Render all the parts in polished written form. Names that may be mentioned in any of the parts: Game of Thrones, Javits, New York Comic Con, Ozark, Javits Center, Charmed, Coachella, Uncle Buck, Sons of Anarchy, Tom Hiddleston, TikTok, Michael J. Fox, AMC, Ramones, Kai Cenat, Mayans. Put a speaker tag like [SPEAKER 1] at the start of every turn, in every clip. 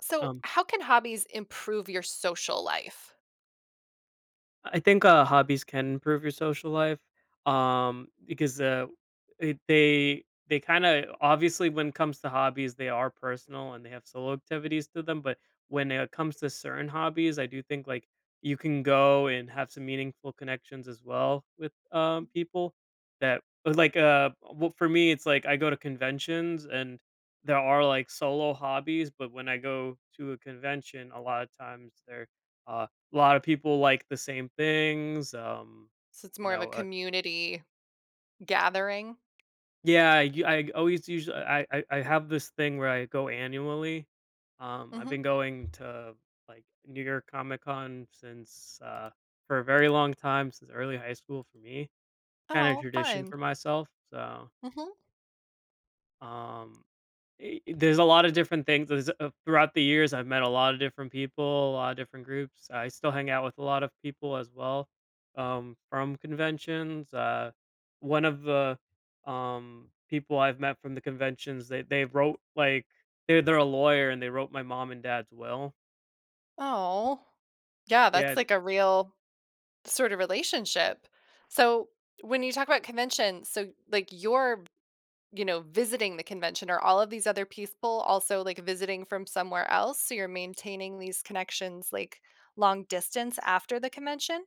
[SPEAKER 1] So,
[SPEAKER 2] Um,
[SPEAKER 1] how can hobbies improve your social life?
[SPEAKER 2] I think, hobbies can improve your social life, because, it they kinda obviously, when it comes to hobbies, they are personal and they have solo activities to them, but when it comes to certain hobbies, I do think, like, you can go and have some meaningful connections as well with, people that but, like, well, for me, it's like I go to conventions and there are, like, solo hobbies, but when I go to a convention, a lot of times they're, uh a lot of people like the same things,
[SPEAKER 1] So it's
[SPEAKER 2] you
[SPEAKER 1] more of a
[SPEAKER 2] know, uh
[SPEAKER 1] community gathering.
[SPEAKER 2] Yeah, I always usually I have this thing where I go annually. I've
[SPEAKER 1] Mhm.
[SPEAKER 2] been going to, like, New York Comic Con since, for a very long time, since early high school for me. Kinda
[SPEAKER 1] Oh,
[SPEAKER 2] tradition
[SPEAKER 1] fun.
[SPEAKER 2] for myself, so.
[SPEAKER 1] Mhm.
[SPEAKER 2] um there's a lot of different things. There's, throughout the years, I've met a lot of different people, a lot of different groups. I still hang out with a lot of people as well, from conventions. One of the people I've met from the conventions, they wrote like they're a lawyer and they wrote my mom and dad's will.
[SPEAKER 1] Oh. Yeah, that's
[SPEAKER 2] Yeah.
[SPEAKER 1] like a real sort of relationship. So, when you talk about convention, so like you're, visiting the convention, or all of these other people also like visiting from somewhere else? So you're maintaining these connections like long distance after the convention?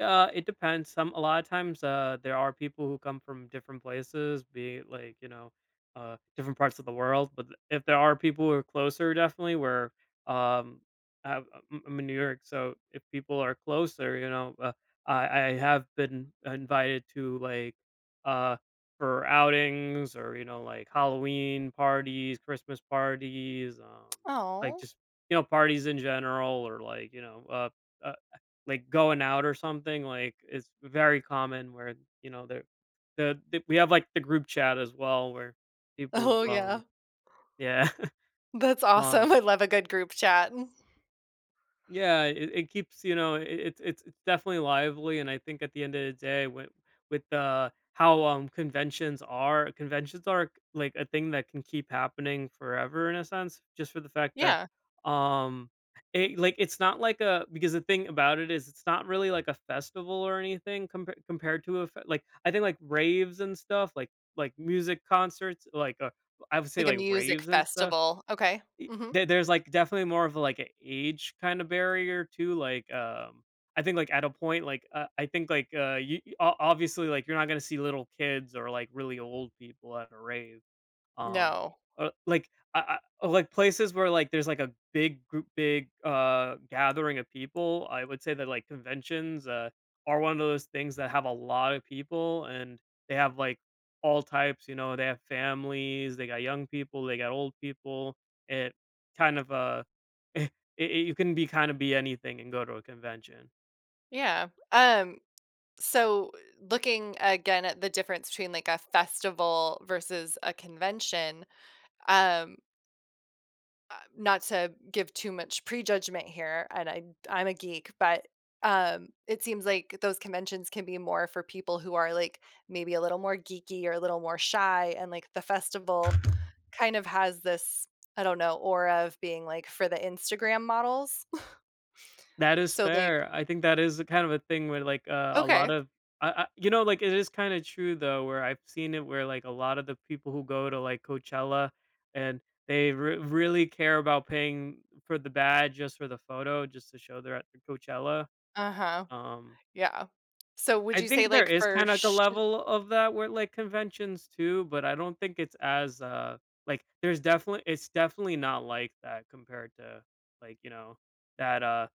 [SPEAKER 2] It depends. Some A lot of times, there are people who come from different places, be it like you know, different parts of the world. But if there are people who are closer, definitely where, um, I, I'm I'm in New York, so if people are closer, you know, I have been invited to like, uh for outings or you know like Halloween parties, Christmas parties, like
[SPEAKER 1] Oh.
[SPEAKER 2] just you know parties in general or like you know, uh like going out or something, like it's very common where, you know, the we have like the group chat as well where people,
[SPEAKER 1] Oh yeah.
[SPEAKER 2] yeah.
[SPEAKER 1] That's
[SPEAKER 2] um
[SPEAKER 1] awesome. I love a good group chat.
[SPEAKER 2] Yeah, it keeps it, it's definitely lively, and I think at the end of the day, with the how conventions are like a thing that can keep happening forever in a sense, just for the fact that,
[SPEAKER 1] Yeah,
[SPEAKER 2] um it like it's not like a because the thing about it is it's not really like a festival or anything compared to a like I think like raves and stuff like, music concerts like, I would say
[SPEAKER 1] like a
[SPEAKER 2] like
[SPEAKER 1] music
[SPEAKER 2] raves and stuff.
[SPEAKER 1] festival. Okay.
[SPEAKER 2] E
[SPEAKER 1] Mhm.
[SPEAKER 2] There's, like, definitely more of, a, like, an age kinda barrier too, like, I think, like, at a point, like, I think, like, you you- o obviously, like, you're not gonna see little kids or, like, really old people at a rave. Um,
[SPEAKER 1] No.
[SPEAKER 2] like I like places where like there's like a big group, big gathering of people. I would say that like conventions, are one of those things that have a lot of people and they have like all types. You know, they have families, they got young people, they got old people. It kind of, it, it, you can be kind of be anything and go to a convention.
[SPEAKER 1] Yeah. So looking again at the difference between like a festival versus a convention, um, not to give too much prejudgment here, and I'm a geek, but it seems like those conventions can be more for people who are like maybe a little more geeky or a little more shy, and like the festival kind of has this, I don't know, aura of being like for the Instagram models.
[SPEAKER 2] That is
[SPEAKER 1] So, like
[SPEAKER 2] fair. I think that is a kind of a thing where like, a lot
[SPEAKER 1] okay.
[SPEAKER 2] of, I you know, like, it is kinda true though, where I've seen it where, like, a lot of the people who go to, like, Coachella and they re really care about paying for the badge just for the photo, just to show they're at the Coachella.
[SPEAKER 1] Uh-huh.
[SPEAKER 2] Um,
[SPEAKER 1] Yeah. So, would
[SPEAKER 2] I
[SPEAKER 1] you say,
[SPEAKER 2] think there
[SPEAKER 1] like,
[SPEAKER 2] is
[SPEAKER 1] for
[SPEAKER 2] kinda like a
[SPEAKER 1] sh
[SPEAKER 2] level of that where like, conventions too, but I don't think it's as, like, there's definitely it's definitely not like that compared to, like, you know, that, uh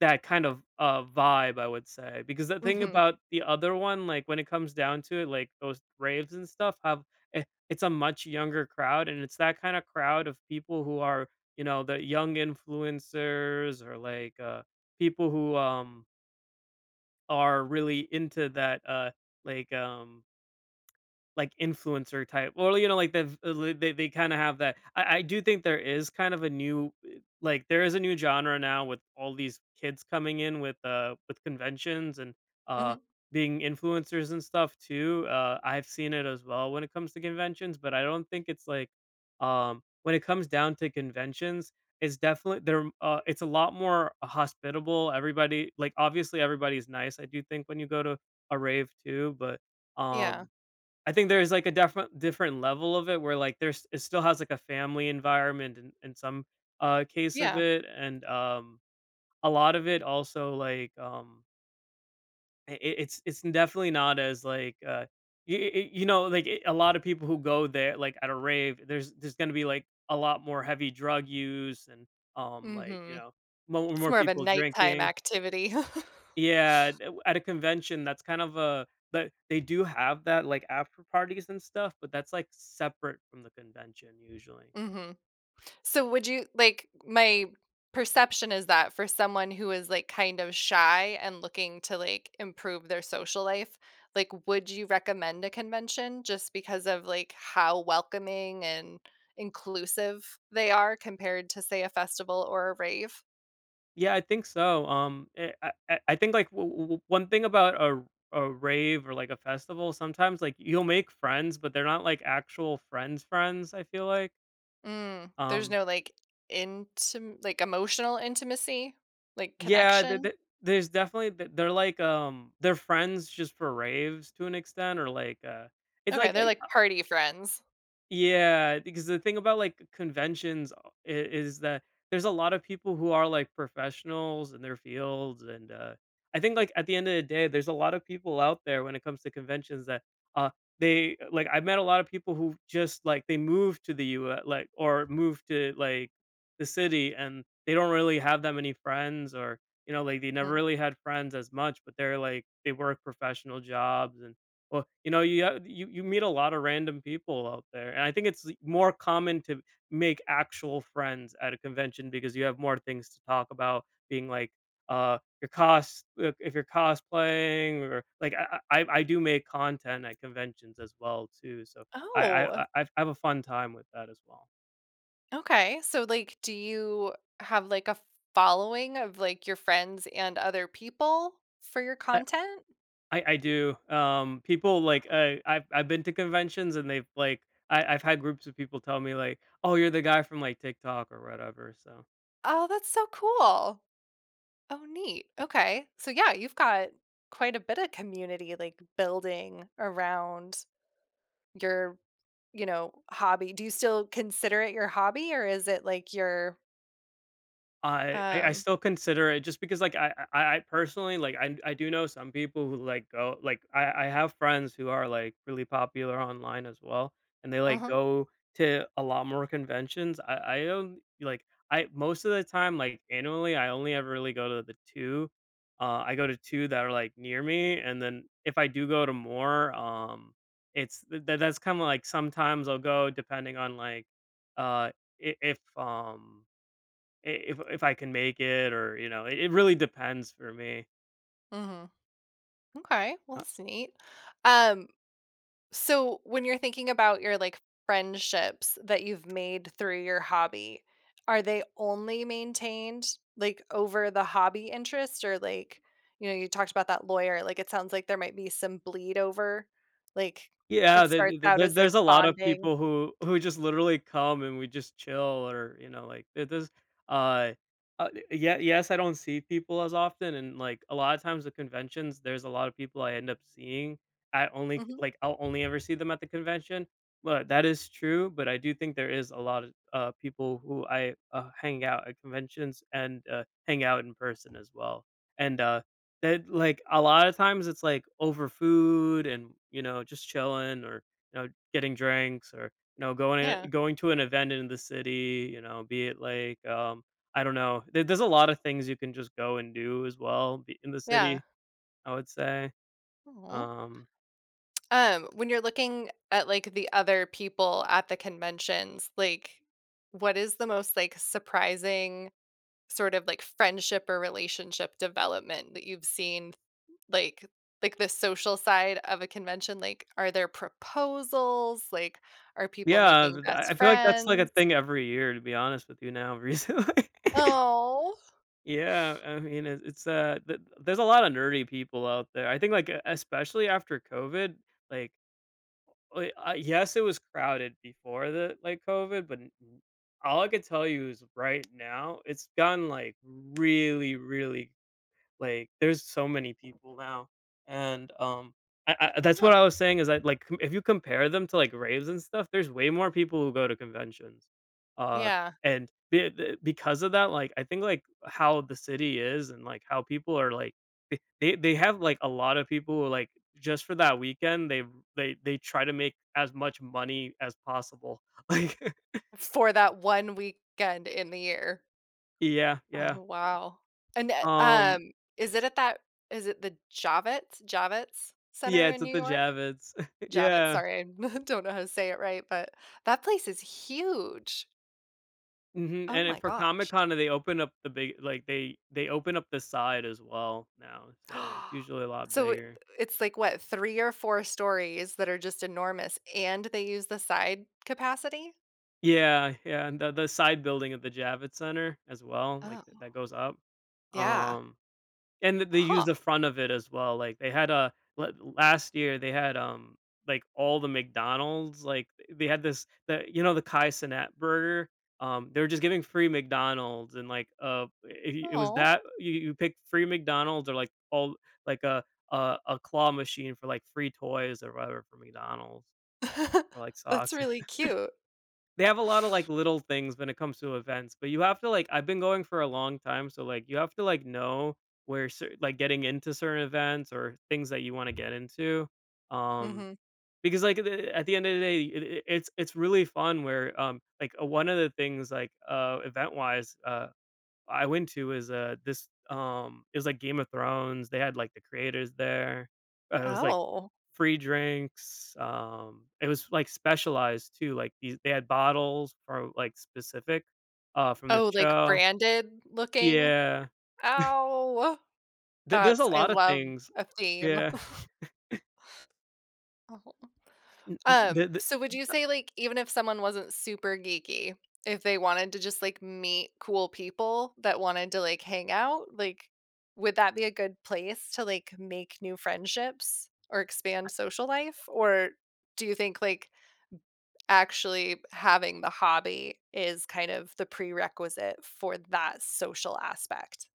[SPEAKER 2] that kind of, vibe, I would say, because the thing
[SPEAKER 1] Mhm.
[SPEAKER 2] about the other one, like, when it comes down to it, like, those raves and stuff have, I it's a much younger crowd, and it's that kinda crowd of people who are, you know, the young influencers or, like, people who, are really into that, like, um like, influencer type or, you know, like, they kinda have that, I do think there is kind of a new, like, there is a new genre now with all these kids coming in with conventions and, uh,
[SPEAKER 1] Mhm.
[SPEAKER 2] being influencers and stuff too, I've seen it as well when it comes to conventions, but I don't think it's like, when it comes down to conventions, it's definitely there, it's a lot more hospitable, everybody like, obviously, everybody's nice, I do think when you go to a rave too, but,
[SPEAKER 1] Yeah.
[SPEAKER 2] um I think there's like a different level of it where like there's it still has like a family environment in some case of
[SPEAKER 1] Yeah.
[SPEAKER 2] it, and a lot of it also like, it's definitely not as like, you, you know like it, a lot of people who go there like at a rave there's going to be like a lot more heavy drug use and, like you
[SPEAKER 1] Mhm.
[SPEAKER 2] know, more,
[SPEAKER 1] It's
[SPEAKER 2] more
[SPEAKER 1] more of a
[SPEAKER 2] people
[SPEAKER 1] nighttime
[SPEAKER 2] drinking.
[SPEAKER 1] activity.
[SPEAKER 2] Yeah, at a convention, that's kind of a but they do have that, like, after parties and stuff, but that's, like, separate from the convention usually.
[SPEAKER 1] Mhm. So, my perception is that for someone who is, like, kind of shy and looking to, like, improve their social life, like, would you recommend a convention just because of, like, how welcoming and inclusive they are compared to, say, a festival or a rave?
[SPEAKER 2] Yeah, I think so, I think, like, w w one thing about a rave or, like, a festival, sometimes, like, you'll make friends, but they're not, like, actual friends friends, I feel like,
[SPEAKER 1] Mm, there's
[SPEAKER 2] um
[SPEAKER 1] no, like, emotional intimacy? Like,
[SPEAKER 2] Yeah,
[SPEAKER 1] connection?
[SPEAKER 2] there's definitely, th they're like, they're friends just for raves to an extent or, like, it's
[SPEAKER 1] Okay,
[SPEAKER 2] like,
[SPEAKER 1] they're like party friends.
[SPEAKER 2] Yeah, because the thing about like conventions, is that there's a lot of people who are like professionals in their fields, and, I think like at the end of the day, there's a lot of people out there when it comes to conventions that, uh they like. I've met a lot of people who just like they moved to the U.S. like or moved to like the city, and they don't really have that many friends, or you know like they never
[SPEAKER 1] Mm.
[SPEAKER 2] really had friends as much, but they're like they work professional jobs and well, you know, you meet a lot of random people out there, and I think it's more common to make actual friends at a convention because you have more things to talk about, being like, your cos if you're cosplaying or like I do make content at conventions as well too, so I I
[SPEAKER 1] Oh,
[SPEAKER 2] I I've I have a fun time with that as well.
[SPEAKER 1] okay. So, like, do you have, like, a following of, like, your friends and other people for your
[SPEAKER 2] I
[SPEAKER 1] content?
[SPEAKER 2] I do, people like, I've been to conventions and they've like, I've had groups of people tell me like, "Oh, you're the guy from, like, TikTok or whatever," so
[SPEAKER 1] Oh, that's so cool. Oh, neat. Okay. So, yeah, you've got quite a bit of community, like, building around your, hobby. Do you still consider it your hobby, or is it, like, your
[SPEAKER 2] I
[SPEAKER 1] Um,
[SPEAKER 2] still consider it just because, like, I personally, like, I do know some people who, like, go like, I have friends who are, like, really popular online as well, and they,
[SPEAKER 1] Uh
[SPEAKER 2] like,
[SPEAKER 1] huh.
[SPEAKER 2] go to a lot more conventions. I don't like, I most of the time, like, annually, I only ever really go to the 2. I go to 2 that are, like, near me, and then if I do go to more, it's that that's kinda like sometimes I'll go depending on, like, uh, I if, if I can make it or, you know, it really depends for me.
[SPEAKER 1] Mhm, mhm. Okay, well,
[SPEAKER 2] Uh,
[SPEAKER 1] that's neat. Um, so when you're thinking about your, like, friendships that you've made through your hobby, are they only maintained, like, over the hobby interest or, like, you talked about that lawyer, like, it sounds like there might be some bleed over, like,
[SPEAKER 2] yeah,
[SPEAKER 1] it starts out as, like,
[SPEAKER 2] there's a lot of
[SPEAKER 1] bonding.
[SPEAKER 2] people who just literally come and we just chill or, you know, like it does. uh yeah, yes, I don't see people as often, and like a lot of times the conventions, there's a lot of people I end up seeing. I only
[SPEAKER 1] Mhm,
[SPEAKER 2] like I'll only ever see them at the convention, but that is true. But I do think there is a lot of, people who I, hang out at conventions and, hang out in person as well. And That like, a lot of times it's, like, over food and, you know, just chilling or, you know, getting drinks or, you know, going
[SPEAKER 1] yeah,
[SPEAKER 2] going to an event in the city, you know, be it like, I don't know. There's a lot of things you can just go and do as well be in the
[SPEAKER 1] yeah.
[SPEAKER 2] city, I would say.
[SPEAKER 1] Aw.
[SPEAKER 2] Um,
[SPEAKER 1] When you're looking at like the other people at the conventions, like what is the most like surprising sort of like friendship or relationship development that you've seen like like the social side of a convention? Like are there proposals? Like are people
[SPEAKER 2] yeah,
[SPEAKER 1] making
[SPEAKER 2] th I
[SPEAKER 1] best
[SPEAKER 2] feel like that's, like, a
[SPEAKER 1] friends?
[SPEAKER 2] thing every year, to be honest with you now recently.
[SPEAKER 1] Oh.
[SPEAKER 2] Yeah, I mean, it it's, th there's a lot of nerdy people out there. I think, like, especially after COVID, like Like, yes, it was crowded before the like COVID, but all I could tell you is right now it's gotten like really, really. There's so many people now, and, I that's what
[SPEAKER 1] Huh.
[SPEAKER 2] I was saying is that, like, if you compare them to, like, raves and stuff, there's way more people who go to conventions, uh,
[SPEAKER 1] Yeah.
[SPEAKER 2] and the because of that, like, I think, like, how the city is and, like, how people are, like, they have, like, a lot of people who, like, just for that weekend, they try to make as much money as possible. Like
[SPEAKER 1] For that one weekend in the year.
[SPEAKER 2] Yeah, yeah.
[SPEAKER 1] Oh, wow. And,
[SPEAKER 2] Um,
[SPEAKER 1] is it at that is it the Javits
[SPEAKER 2] yeah,
[SPEAKER 1] Center
[SPEAKER 2] it's
[SPEAKER 1] in
[SPEAKER 2] at
[SPEAKER 1] New
[SPEAKER 2] the
[SPEAKER 1] York?
[SPEAKER 2] Javits.
[SPEAKER 1] Javits,
[SPEAKER 2] Yeah.
[SPEAKER 1] sorry, I don't know how to say it right, but that place is huge.
[SPEAKER 2] Mhm,
[SPEAKER 1] Oh
[SPEAKER 2] and then
[SPEAKER 1] my
[SPEAKER 2] for Comic
[SPEAKER 1] gosh.
[SPEAKER 2] Con, they open up the big, like, they open up the side as well now, so it's usually a lot
[SPEAKER 1] So it
[SPEAKER 2] bigger.
[SPEAKER 1] it's like what, 3 or 4 stories that are just enormous and they use the side capacity?
[SPEAKER 2] Yeah, yeah, and the side building of the Javits Center as well, like,
[SPEAKER 1] Oh,
[SPEAKER 2] that goes up.
[SPEAKER 1] yeah.
[SPEAKER 2] Um And th they use the
[SPEAKER 1] Huh.
[SPEAKER 2] front of it as well, like, they had a last year, they had, like, all the McDonald's, like, they had this the you know, the Kai Cenat burger? They were just giving free McDonald's and, like, I it was
[SPEAKER 1] Oh.
[SPEAKER 2] that you pick free McDonald's or, like, a claw machine for, like, free toys or whatever for McDonald's or, like,
[SPEAKER 1] That's
[SPEAKER 2] socks.
[SPEAKER 1] really cute.
[SPEAKER 2] They have a lot of, like, little things when it comes to events, but you have to, like, I've been going for a long time, so, like, you have to, like, know where cer like, getting into certain events or things that you wanna get into, um,
[SPEAKER 1] Mhm.
[SPEAKER 2] because, like, at the end of the day, it's really fun where, like, one of the things, like, event-wise, I went to is, this, it was like Game of Thrones, they had, like, the creators there. It was, like,
[SPEAKER 1] Oh.
[SPEAKER 2] free drinks, it was, like, specialized too, like, these they had bottles for, like, specific, from the
[SPEAKER 1] Oh, like
[SPEAKER 2] show.
[SPEAKER 1] branded looking?
[SPEAKER 2] Yeah.
[SPEAKER 1] Ow.
[SPEAKER 2] There there's a
[SPEAKER 1] That's I
[SPEAKER 2] lot of
[SPEAKER 1] love
[SPEAKER 2] things.
[SPEAKER 1] a theme.
[SPEAKER 2] Yeah. N
[SPEAKER 1] Um,
[SPEAKER 2] th
[SPEAKER 1] so would you say, like, even if someone wasn't super geeky, if they wanted to just, like, meet cool people that wanted to, like, hang out, like, would that be a good place to, like, make new friendships or expand social life? Or do you think, like, actually having the hobby is kind of the prerequisite for that social aspect.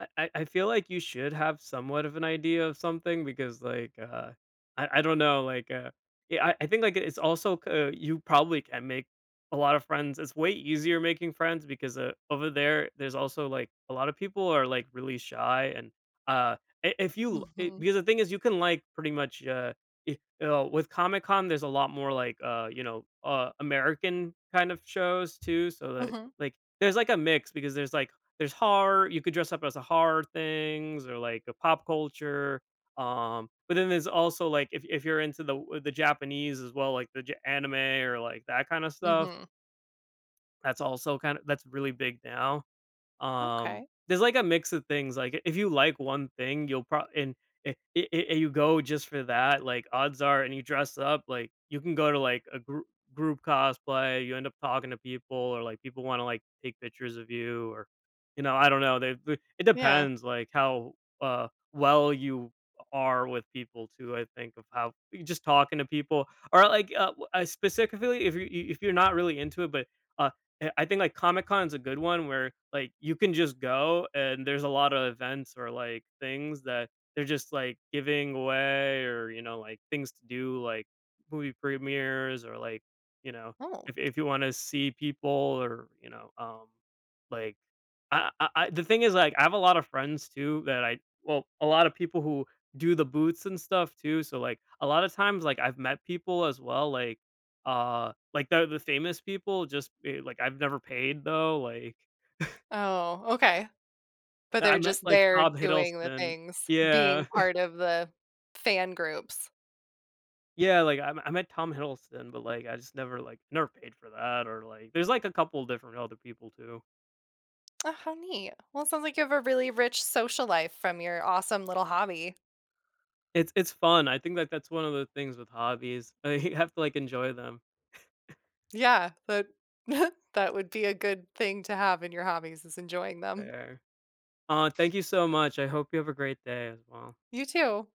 [SPEAKER 2] I feel like you should have somewhat of an idea of something because, like, I don't know, like, yeah, I think, like, it's also c you probably can make a lot of friends. It's way easier making friends because, over there, there's also, like, a lot of people are, like, really shy and, uh, I if you I
[SPEAKER 1] Mhm,
[SPEAKER 2] because the thing is you can, like, pretty much, I with Comic Con, there's a lot more, like, you know, American kind of shows too, so that,
[SPEAKER 1] mhm,
[SPEAKER 2] like, there's, like, a mix because there's, like, there's horror. You could dress up as a horror things or like a pop culture. But then there's also like if you're into the Japanese as well, like anime or like that kind of stuff.
[SPEAKER 1] mhm.
[SPEAKER 2] That's also kind of that's really big now um,
[SPEAKER 1] Okay,
[SPEAKER 2] there's like a mix of things, like, if you like one thing, you'll probably and I you go just for that, like, odds are and you dress up, like, you can go to, like, a group cosplay, you end up talking to people or, like, people wanna, like, take pictures of you or, you know, I don't know, they it
[SPEAKER 1] yeah.
[SPEAKER 2] depends, like, how, well you are with people too, I think, of how just talking to people or, like, w specifically if if you're not really into it, but, uh I think, like, Comic Con is a good one where, like, you can just go and there's a lot of events or, like, things that they're just, like, giving away or, you know, like, things to do, like, movie premieres or, like, you know,
[SPEAKER 1] Oh.
[SPEAKER 2] if you wanna see people or, you know, like, I the thing is, like, I have a lot of friends too that I well, a lot of people who do the booths and stuff too, so, like, a lot of times, like, I've met people as well, like, the famous people just, like, I've never paid, though, like,
[SPEAKER 1] Oh, okay. But
[SPEAKER 2] I
[SPEAKER 1] they're
[SPEAKER 2] met,
[SPEAKER 1] just
[SPEAKER 2] like,
[SPEAKER 1] there
[SPEAKER 2] Tom
[SPEAKER 1] doing the
[SPEAKER 2] Hiddleston.
[SPEAKER 1] things, being
[SPEAKER 2] Yeah.
[SPEAKER 1] part of the fan groups.
[SPEAKER 2] Yeah, like, I met Tom Hiddleston, but, like, I just never, like, never paid for that or, like there's, like, a couple different other people too.
[SPEAKER 1] Oh, how neat. Well, it sounds like you have a really rich social life from your awesome little hobby.
[SPEAKER 2] It's fun. I think that that's one of the things with hobbies. You have to, like, enjoy them.
[SPEAKER 1] Yeah, that that would be a good thing to have in your hobbies is enjoying them.
[SPEAKER 2] Fair. Thank you so much. I hope you have a great day as well.
[SPEAKER 1] You too.